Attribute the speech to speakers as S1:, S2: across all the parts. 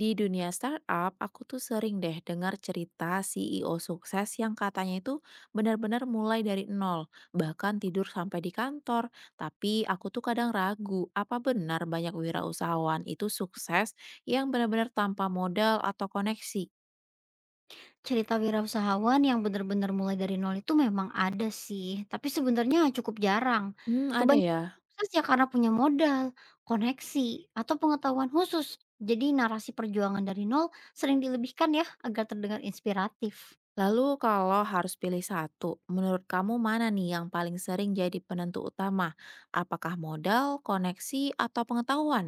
S1: Di dunia startup, aku tuh sering deh dengar cerita CEO sukses yang katanya itu benar-benar mulai dari nol, bahkan tidur sampai di kantor. Tapi aku tuh kadang ragu, apa benar banyak wirausahawan itu sukses yang benar-benar tanpa modal atau koneksi?
S2: Cerita wirausahawan yang benar-benar mulai dari nol itu memang ada sih, tapi sebenarnya cukup jarang.
S1: Hmm, ada
S2: Kebanyakan
S1: ya.
S2: sukses ya karena punya modal, koneksi, atau pengetahuan khusus. Jadi narasi perjuangan dari nol sering dilebihkan ya agar terdengar inspiratif.
S1: Lalu kalau harus pilih satu, menurut kamu mana nih yang paling sering jadi penentu utama? Apakah modal, koneksi, atau pengetahuan?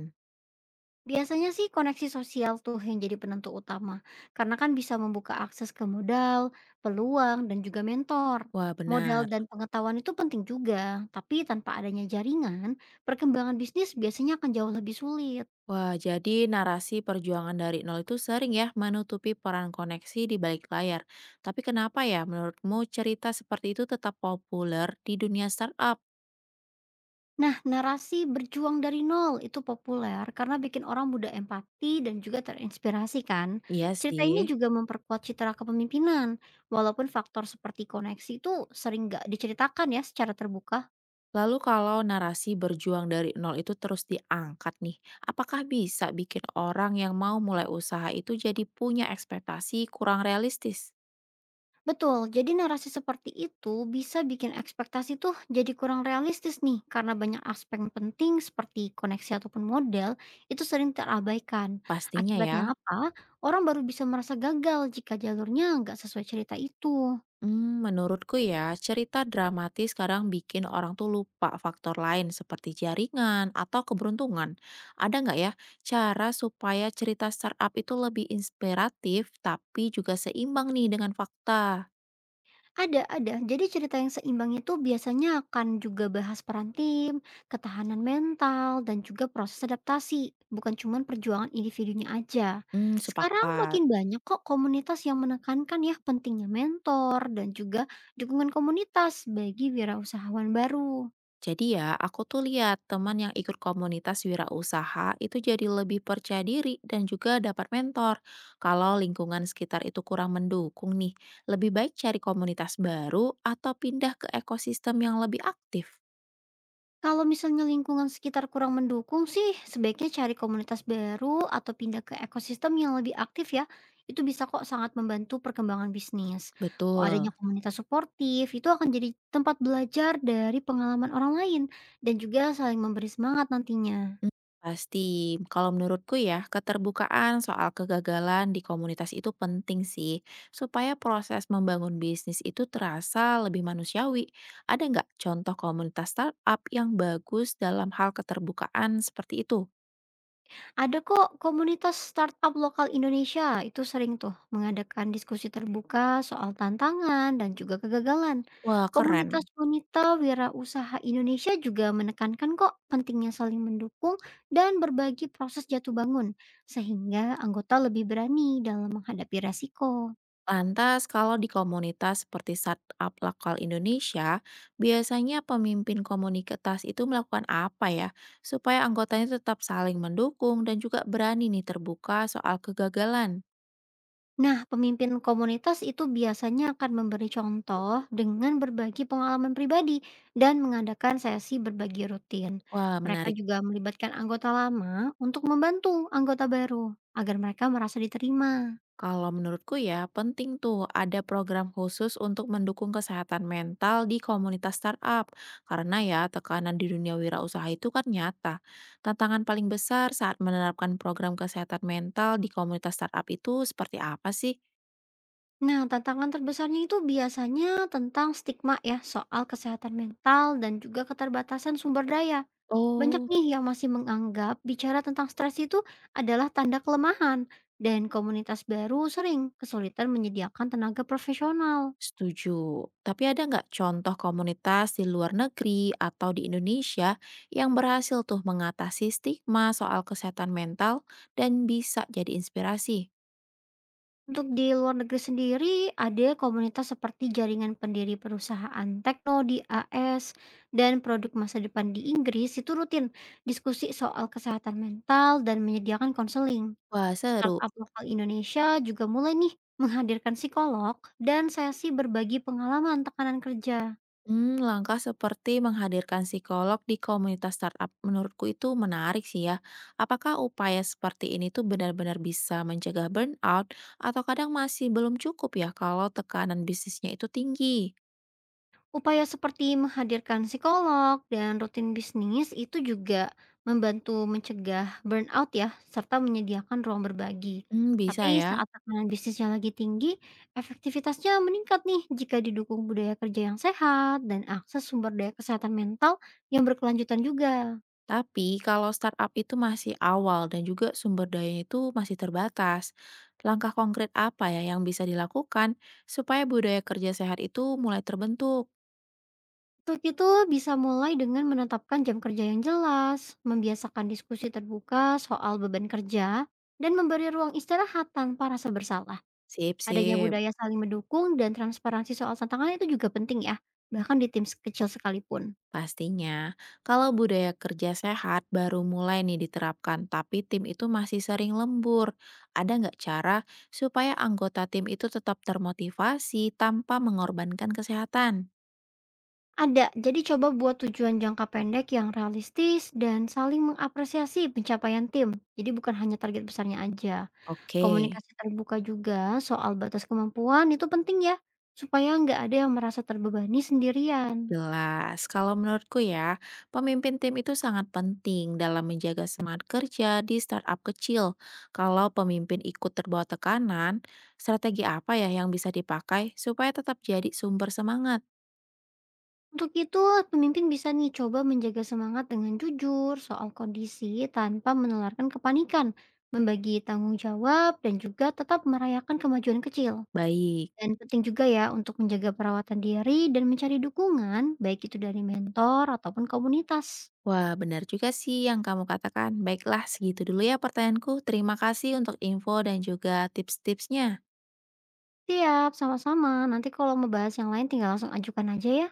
S2: Biasanya sih koneksi sosial tuh yang jadi penentu utama, karena kan bisa membuka akses ke modal, peluang, dan juga mentor.
S1: Wah,
S2: Modal
S1: benar.
S2: dan pengetahuan itu penting juga, tapi tanpa adanya jaringan, perkembangan bisnis biasanya akan jauh lebih sulit.
S1: Wah, jadi narasi perjuangan dari nol itu sering ya menutupi peran koneksi di balik layar. Tapi kenapa ya menurutmu cerita seperti itu tetap populer di dunia startup?
S2: Nah, narasi berjuang dari nol itu populer karena bikin orang mudah empati dan juga terinspirasi kan.
S1: Iya
S2: Cerita ini
S1: sih.
S2: juga memperkuat citra kepemimpinan, walaupun faktor seperti koneksi itu sering nggak diceritakan ya secara terbuka.
S1: Lalu kalau narasi berjuang dari nol itu terus diangkat nih, apakah bisa bikin orang yang mau mulai usaha itu jadi punya ekspektasi kurang realistis?
S2: Betul, jadi narasi seperti itu bisa bikin ekspektasi tuh jadi kurang realistis nih karena banyak aspek penting seperti koneksi ataupun model itu sering terabaikan.
S1: Pastinya ya.
S2: Akibatnya apa? Orang baru bisa merasa gagal jika jalurnya nggak sesuai cerita itu.
S1: Hmm, menurutku ya, cerita dramatis kadang bikin orang tuh lupa faktor lain seperti jaringan atau keberuntungan. Ada nggak ya cara supaya cerita startup itu lebih inspiratif tapi juga seimbang nih dengan fakta?
S2: Ada ada. Jadi cerita yang seimbang itu biasanya akan juga bahas peran tim, ketahanan mental, dan juga proses adaptasi. Bukan cuma perjuangan individunya aja.
S1: Hmm,
S2: Sekarang
S1: sepakat.
S2: makin banyak kok komunitas yang menekankan ya pentingnya mentor dan juga dukungan komunitas bagi wirausahawan baru.
S1: Jadi ya, aku tuh lihat teman yang ikut komunitas wirausaha itu jadi lebih percaya diri dan juga dapat mentor. Kalau lingkungan sekitar itu kurang mendukung nih, lebih baik cari komunitas baru atau pindah ke ekosistem yang lebih aktif.
S2: Kalau misalnya lingkungan sekitar kurang mendukung sih, sebaiknya cari komunitas baru atau pindah ke ekosistem yang lebih aktif ya. Itu bisa kok sangat membantu perkembangan bisnis. Kalau adanya
S1: Betul.
S2: komunitas suportif, itu akan jadi tempat belajar dari pengalaman orang lain dan juga saling memberi semangat nantinya.
S1: Mmm, pasti. Kalau menurutku ya, keterbukaan soal kegagalan di komunitas itu penting sih, supaya proses membangun bisnis itu terasa lebih manusiawi. Ada nggak contoh komunitas startup yang bagus dalam hal keterbukaan seperti itu?
S2: Ada kok komunitas startup lokal Indonesia itu sering tuh mengadakan diskusi terbuka soal tantangan dan juga kegagalan.
S1: Wah, keren.
S2: Komunitas wanita wirausaha Indonesia juga menekankan kok pentingnya saling mendukung dan berbagi proses jatuh bangun sehingga anggota lebih berani dalam menghadapi resiko.
S1: Lantas kalau di komunitas seperti startup lokal Indonesia, biasanya pemimpin komunitas itu melakukan apa ya, supaya anggotanya tetap saling mendukung dan juga berani nih terbuka soal kegagalan?
S2: Nah, pemimpin komunitas itu biasanya akan memberi contoh dengan berbagi pengalaman pribadi dan mengadakan sesi berbagi rutin.
S1: Wah,
S2: Mereka
S1: menarik.
S2: juga melibatkan anggota lama untuk membantu anggota baru agar mereka merasa diterima.
S1: Kalau menurutku ya, penting tuh ada program khusus untuk mendukung kesehatan mental di komunitas startup. Karena ya, tekanan di dunia wirausaha itu kan nyata. Tantangan paling besar saat menerapkan program kesehatan mental di komunitas startup itu seperti apa sih?
S2: Nah, tantangan terbesarnya itu biasanya tentang stigma ya soal kesehatan mental dan juga keterbatasan sumber daya. Banyak
S1: Oh.
S2: nih yang masih menganggap bicara tentang stres itu adalah tanda kelemahan, dan komunitas baru sering kesulitan menyediakan tenaga profesional.
S1: Setuju. Tapi ada nggak contoh komunitas di luar negeri atau di Indonesia yang berhasil tuh mengatasi stigma soal kesehatan mental dan bisa jadi inspirasi?
S2: Untuk di luar negeri sendiri, ada komunitas seperti Jaringan Pendiri Perusahaan Tekno di AS dan produk masa depan di Inggris itu rutin diskusi soal kesehatan mental dan menyediakan konseling.
S1: Wah, seru.
S2: Startup lokal Indonesia juga mulai nih menghadirkan psikolog dan sesi berbagi pengalaman tekanan kerja.
S1: Hmm, langkah seperti menghadirkan psikolog di komunitas startup menurutku itu menarik sih ya. Apakah upaya seperti ini tuh benar-benar bisa mencegah burnout atau kadang masih belum cukup ya kalau tekanan bisnisnya itu tinggi?
S2: Upaya seperti menghadirkan psikolog dan rutin bisnis itu juga membantu mencegah burnout ya, serta menyediakan ruang berbagi.
S1: Hmm, bisa
S2: Tapi
S1: ya.
S2: saat tekanan bisnisnya lagi tinggi, efektivitasnya meningkat nih jika didukung budaya kerja yang sehat dan akses sumber daya kesehatan mental yang berkelanjutan juga.
S1: Tapi kalau startup itu masih awal dan juga sumber dayanya itu masih terbatas, langkah konkret apa ya yang bisa dilakukan supaya budaya kerja sehat itu mulai terbentuk?
S2: Untuk itu bisa mulai dengan menetapkan jam kerja yang jelas, membiasakan diskusi terbuka soal beban kerja, dan memberi ruang istirahat tanpa rasa bersalah.
S1: Sip,
S2: Adanya
S1: sip.
S2: budaya saling mendukung dan transparansi soal tantangan itu juga penting ya, bahkan di tim kecil sekalipun.
S1: Pastinya, kalau budaya kerja sehat baru mulai nih diterapkan, tapi tim itu masih sering lembur. Ada nggak cara supaya anggota tim itu tetap termotivasi tanpa mengorbankan kesehatan?
S2: Ada, jadi coba buat tujuan jangka pendek yang realistis dan saling mengapresiasi pencapaian tim. Jadi bukan hanya target besarnya aja.
S1: Oke,
S2: Komunikasi terbuka juga soal batas kemampuan itu penting ya, supaya nggak ada yang merasa terbebani sendirian.
S1: jelas. Kalau menurutku ya, pemimpin tim itu sangat penting dalam menjaga semangat kerja di startup kecil. Kalau pemimpin ikut terbawa tekanan, strategi apa ya yang bisa dipakai supaya tetap jadi sumber semangat?
S2: Untuk itu, pemimpin bisa nih coba menjaga semangat dengan jujur soal kondisi tanpa menularkan kepanikan, membagi tanggung jawab, dan juga tetap merayakan kemajuan kecil.
S1: Baik.
S2: Dan penting juga ya untuk menjaga perawatan diri dan mencari dukungan, baik itu dari mentor ataupun komunitas.
S1: Wah, benar juga sih yang kamu katakan. Baiklah, segitu dulu ya pertanyaanku. Terima kasih untuk info dan juga tips-tipsnya.
S2: Siap, sama-sama. Nanti kalau mau bahas yang lain tinggal langsung ajukan aja ya.